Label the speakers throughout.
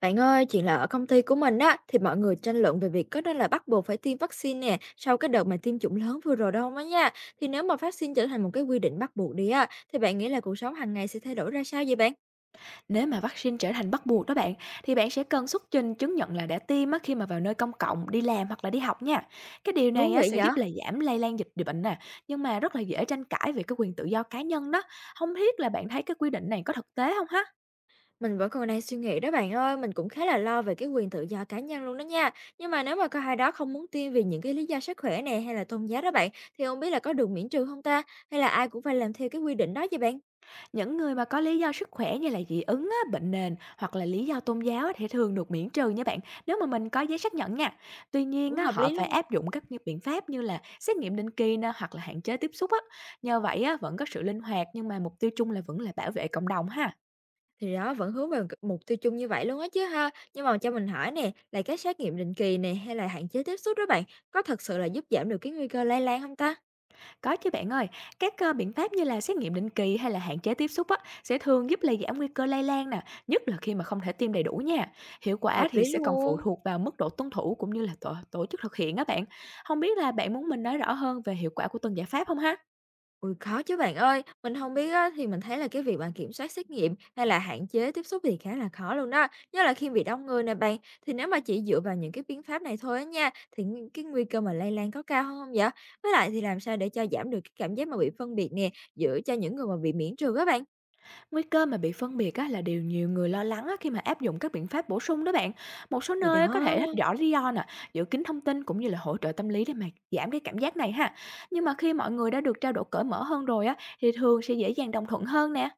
Speaker 1: Bạn ơi, chuyện là ở công ty của mình á, thì mọi người tranh luận về việc có nên là bắt buộc phải tiêm vaccine nè, sau cái đợt mà tiêm chủng lớn vừa rồi đâu á nha. Thì nếu mà vaccine trở thành một cái quy định bắt buộc đi á, thì bạn nghĩ là cuộc sống hàng ngày sẽ thay đổi ra sao vậy bạn?
Speaker 2: Nếu mà vaccine trở thành bắt buộc đó bạn, thì bạn sẽ cần xuất trình chứng nhận là đã tiêm á, khi mà vào nơi công cộng, đi làm hoặc là đi học nha. Cái điều
Speaker 1: Thú
Speaker 2: này á,
Speaker 1: vị
Speaker 2: sẽ
Speaker 1: vậy?
Speaker 2: giúp là giảm lây lan dịch bệnh nè, nhưng mà rất là dễ tranh cãi về cái quyền tự do cá nhân đó. Không biết là bạn thấy cái quy định này có thực tế không ha?
Speaker 1: Mình vẫn còn đang suy nghĩ đó bạn ơi, mình cũng khá là lo về cái quyền tự do cá nhân luôn đó nha. Nhưng mà nếu mà có ai đó không muốn tiêm vì những cái lý do sức khỏe nè hay là tôn giáo đó bạn, thì không biết là có được miễn trừ không ta? Hay là ai cũng phải làm theo cái quy định đó vậy bạn?
Speaker 2: Những người mà có lý do sức khỏe như là dị ứng á, bệnh nền hoặc là lý do tôn giáo á, thì thường được miễn trừ nha bạn, nếu mà mình có giấy xác nhận nha. Tuy nhiên
Speaker 1: Cũng
Speaker 2: á,
Speaker 1: hợp
Speaker 2: họ
Speaker 1: lý
Speaker 2: phải
Speaker 1: luôn.
Speaker 2: áp dụng các biện pháp như là xét nghiệm định kỳ nè, hoặc là hạn chế tiếp xúc á. Nhờ vậy á, vẫn có sự linh hoạt, nhưng mà mục tiêu chung là vẫn là bảo vệ cộng đồng ha.
Speaker 1: Thì đó, vẫn hướng về mục tiêu chung như vậy luôn á chứ ha. Nhưng mà cho mình hỏi nè, là các xét nghiệm định kỳ nè, hay là hạn chế tiếp xúc đó bạn, có thật sự là giúp giảm được cái nguy cơ lây lan không ta?
Speaker 2: Có chứ bạn ơi, các biện pháp như là xét nghiệm định kỳ hay là hạn chế tiếp xúc á, sẽ thường giúp là giảm nguy cơ lây lan nè, nhất là khi mà không thể tiêm đầy đủ nha. Hiệu quả
Speaker 1: Hợp
Speaker 2: thì
Speaker 1: lý
Speaker 2: sẽ còn phụ
Speaker 1: luôn.
Speaker 2: thuộc vào mức độ tuân thủ, cũng như là tổ tổ chức thực hiện á bạn. Không biết là bạn muốn mình nói rõ hơn về hiệu quả của từng giải pháp không ha?
Speaker 1: Ui khó chứ bạn ơi. Mình không biết á, thì mình thấy là cái việc bạn kiểm soát xét nghiệm hay là hạn chế tiếp xúc thì khá là khó luôn đó, nhất là khi bị đông người nè bạn. Thì nếu mà chỉ dựa vào những cái biện pháp này thôi á nha, thì cái nguy cơ mà lây lan có cao hơn hông vậy? Với lại thì làm sao để cho giảm được cái cảm giác mà bị phân biệt nè, giữa cho những người mà bị miễn trừ á bạn?
Speaker 2: Nguy cơ mà bị phân biệt á, là điều nhiều người lo lắng á, khi mà áp dụng các biện pháp bổ sung đó bạn. Một số
Speaker 1: Thì
Speaker 2: nơi á, có
Speaker 1: đó.
Speaker 2: thể thích rõ lý do nè, giữ kín thông tin cũng như là hỗ trợ tâm lý để mà giảm cái cảm giác này ha. Nhưng mà khi mọi người đã được trao đổi cởi mở hơn rồi á, thì thường sẽ dễ dàng đồng thuận hơn nè.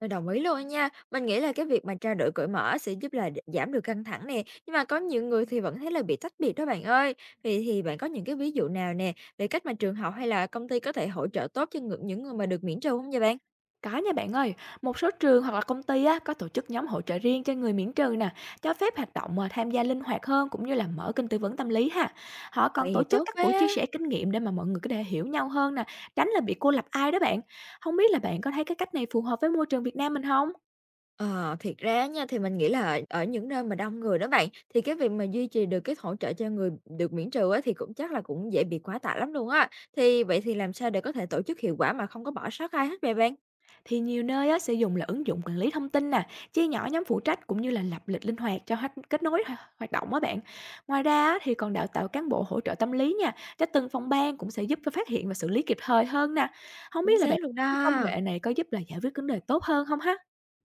Speaker 1: Mình đồng ý luôn á nha. Mình nghĩ là cái việc mà trao đổi cởi mở sẽ giúp là giảm được căng thẳng nè, nhưng mà có nhiều người thì vẫn thấy là bị tách biệt đó bạn ơi. Vậy thì bạn có những cái ví dụ nào nè, về cách mà trường học hay là công ty có thể hỗ trợ tốt cho những người mà được miễn trừ không vậy bạn?
Speaker 2: Có nha bạn ơi, một số trường hoặc là công ty á, có tổ chức nhóm hỗ trợ riêng cho người miễn trừ nè, cho phép hoạt động mà tham gia linh hoạt hơn, cũng như là mở kênh tư vấn tâm lý ha. Họ
Speaker 1: Vậy
Speaker 2: còn tổ
Speaker 1: thì
Speaker 2: chức
Speaker 1: tốt
Speaker 2: các buổi chia
Speaker 1: quá.
Speaker 2: sẻ kinh nghiệm để mà mọi người có thể hiểu nhau hơn nè, tránh là bị cô lập ai đó bạn. Không biết là bạn có thấy cái cách này phù hợp với môi trường Việt Nam mình không?
Speaker 1: Ờ, thiệt ra nha, thì mình nghĩ là ở ở những nơi mà đông người đó bạn, thì cái việc mà duy trì được cái hỗ trợ cho người được miễn trừ á, thì cũng chắc là cũng dễ bị quá tải lắm luôn á. Thì vậy thì làm sao để có thể tổ chức hiệu quả mà không có bỏ sót ai hết vậy bạn?
Speaker 2: Thì nhiều nơi á, sẽ dùng là ứng dụng quản lý thông tin nè, chia nhỏ nhóm phụ trách, cũng như là lập lịch linh hoạt cho kết nối hoạt động á bạn. Ngoài ra á, thì còn đào tạo cán bộ hỗ trợ tâm lý nha, cho từng phòng ban cũng sẽ giúp cho phát hiện và xử lý kịp thời hơn nè. Không
Speaker 1: Chính
Speaker 2: biết là bạn,
Speaker 1: xác luôn đó.
Speaker 2: cái công nghệ này có giúp là giải quyết vấn đề tốt hơn không ha?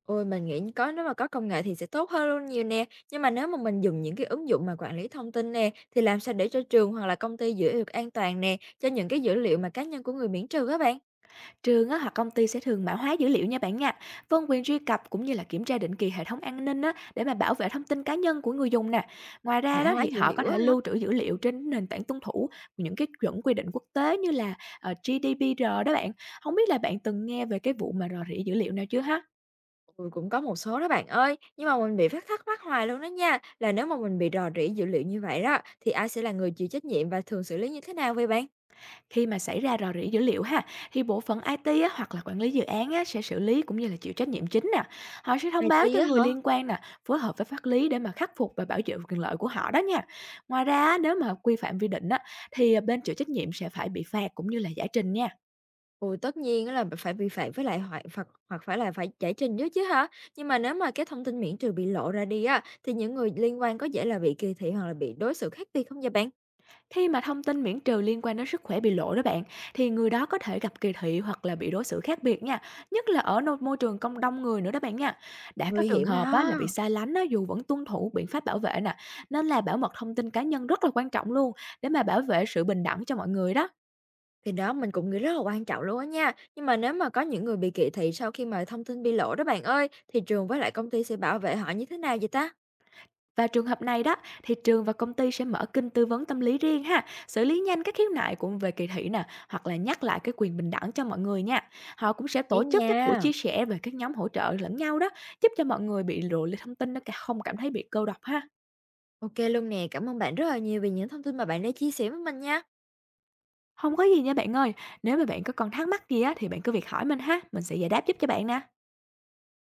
Speaker 1: Ôi, mình nghĩ có, nếu mà có công nghệ thì sẽ tốt hơn luôn nhiều nè. Nhưng mà nếu mà mình dùng những cái ứng dụng mà quản lý thông tin nè, thì làm sao để cho trường hoặc là công ty giữ được an toàn nè, cho những cái dữ liệu mà cá nhân của người miễn trừ các bạn?
Speaker 2: Trường á, hoặc công ty sẽ thường mã hóa dữ liệu nha bạn nha. Phân quyền truy cập cũng như là kiểm tra định kỳ hệ thống an ninh á, để mà bảo vệ thông tin cá nhân của người dùng nè. Ngoài ra
Speaker 1: Mã
Speaker 2: đó,
Speaker 1: hóa
Speaker 2: thì
Speaker 1: dữ
Speaker 2: họ có
Speaker 1: liệu á
Speaker 2: thể
Speaker 1: hả?
Speaker 2: lưu trữ dữ liệu trên nền tảng tuân thủ những cái chuẩn quy định quốc tế như là GDPR đó bạn. Không biết là bạn từng nghe về cái vụ mà rò rỉ dữ liệu nào chưa ha?
Speaker 1: Ừ, cũng có một số đó bạn ơi. Nhưng mà mình bị phát thắc mắc hoài luôn đó nha. Là nếu mà mình bị rò rỉ dữ liệu như vậy đó, thì ai sẽ là người chịu trách nhiệm và thường xử lý như thế nào vậy bạn?
Speaker 2: Khi mà xảy ra rò rỉ dữ liệu ha, thì bộ phận IT á, hoặc là quản lý dự án á, sẽ xử lý cũng như là chịu trách nhiệm chính nè. Họ sẽ thông báo
Speaker 1: IT
Speaker 2: cho
Speaker 1: á
Speaker 2: người
Speaker 1: hả?
Speaker 2: liên quan nè, phối hợp với pháp lý để mà khắc phục và bảo vệ quyền lợi của họ đó nha. Ngoài ra á, nếu mà quy phạm vi định á, thì bên chịu trách nhiệm sẽ phải bị phạt, cũng như là giải trình nha.
Speaker 1: Ôi, tất nhiên á là phải vi phạm, với lại phạt hoặc phải giải trình chứ chứ hả? Nhưng mà nếu mà cái thông tin miễn trừ bị lộ ra đi á, thì những người liên quan có dễ là bị kỳ thị hoặc là bị đối xử khác biệt không vậy bạn?
Speaker 2: Khi mà thông tin miễn trừ liên quan đến sức khỏe bị lộ đó bạn, thì người đó có thể gặp kỳ thị hoặc là bị đối xử khác biệt nha, nhất là ở nơi môi trường công đông người nữa đó bạn nha. Đã có
Speaker 1: Nguy
Speaker 2: trường
Speaker 1: hiểm
Speaker 2: hợp á, là
Speaker 1: đó.
Speaker 2: bị sai lánh á, dù vẫn tuân thủ biện pháp bảo vệ nè, nên là bảo mật thông tin cá nhân rất là quan trọng luôn, để mà bảo vệ sự bình đẳng cho mọi người đó.
Speaker 1: Thì đó, mình cũng nghĩ rất là quan trọng luôn á nha. Nhưng mà nếu mà có những người bị kỳ thị sau khi mà thông tin bị lộ đó bạn ơi, thì trường với lại công ty sẽ bảo vệ họ như thế nào vậy ta?
Speaker 2: Và trường hợp này đó, thì trường và công ty sẽ mở kênh tư vấn tâm lý riêng ha, xử lý nhanh các khiếu nại cũng về kỳ thị nè, hoặc là nhắc lại cái quyền bình đẳng cho mọi người nha. Họ cũng sẽ
Speaker 1: Vậy
Speaker 2: tổ chức các buổi
Speaker 1: nha.
Speaker 2: chia sẻ về các nhóm hỗ trợ lẫn nhau đó, giúp cho mọi người bị lộ lì thông tin nó không cảm thấy bị cô độc ha.
Speaker 1: OK luôn nè, cảm ơn bạn rất là nhiều vì những thông tin mà bạn đã chia sẻ với mình nha.
Speaker 2: Không có gì nha bạn ơi, nếu mà bạn có còn thắc mắc gì á thì bạn cứ việc hỏi mình ha, mình sẽ giải đáp giúp cho bạn nè.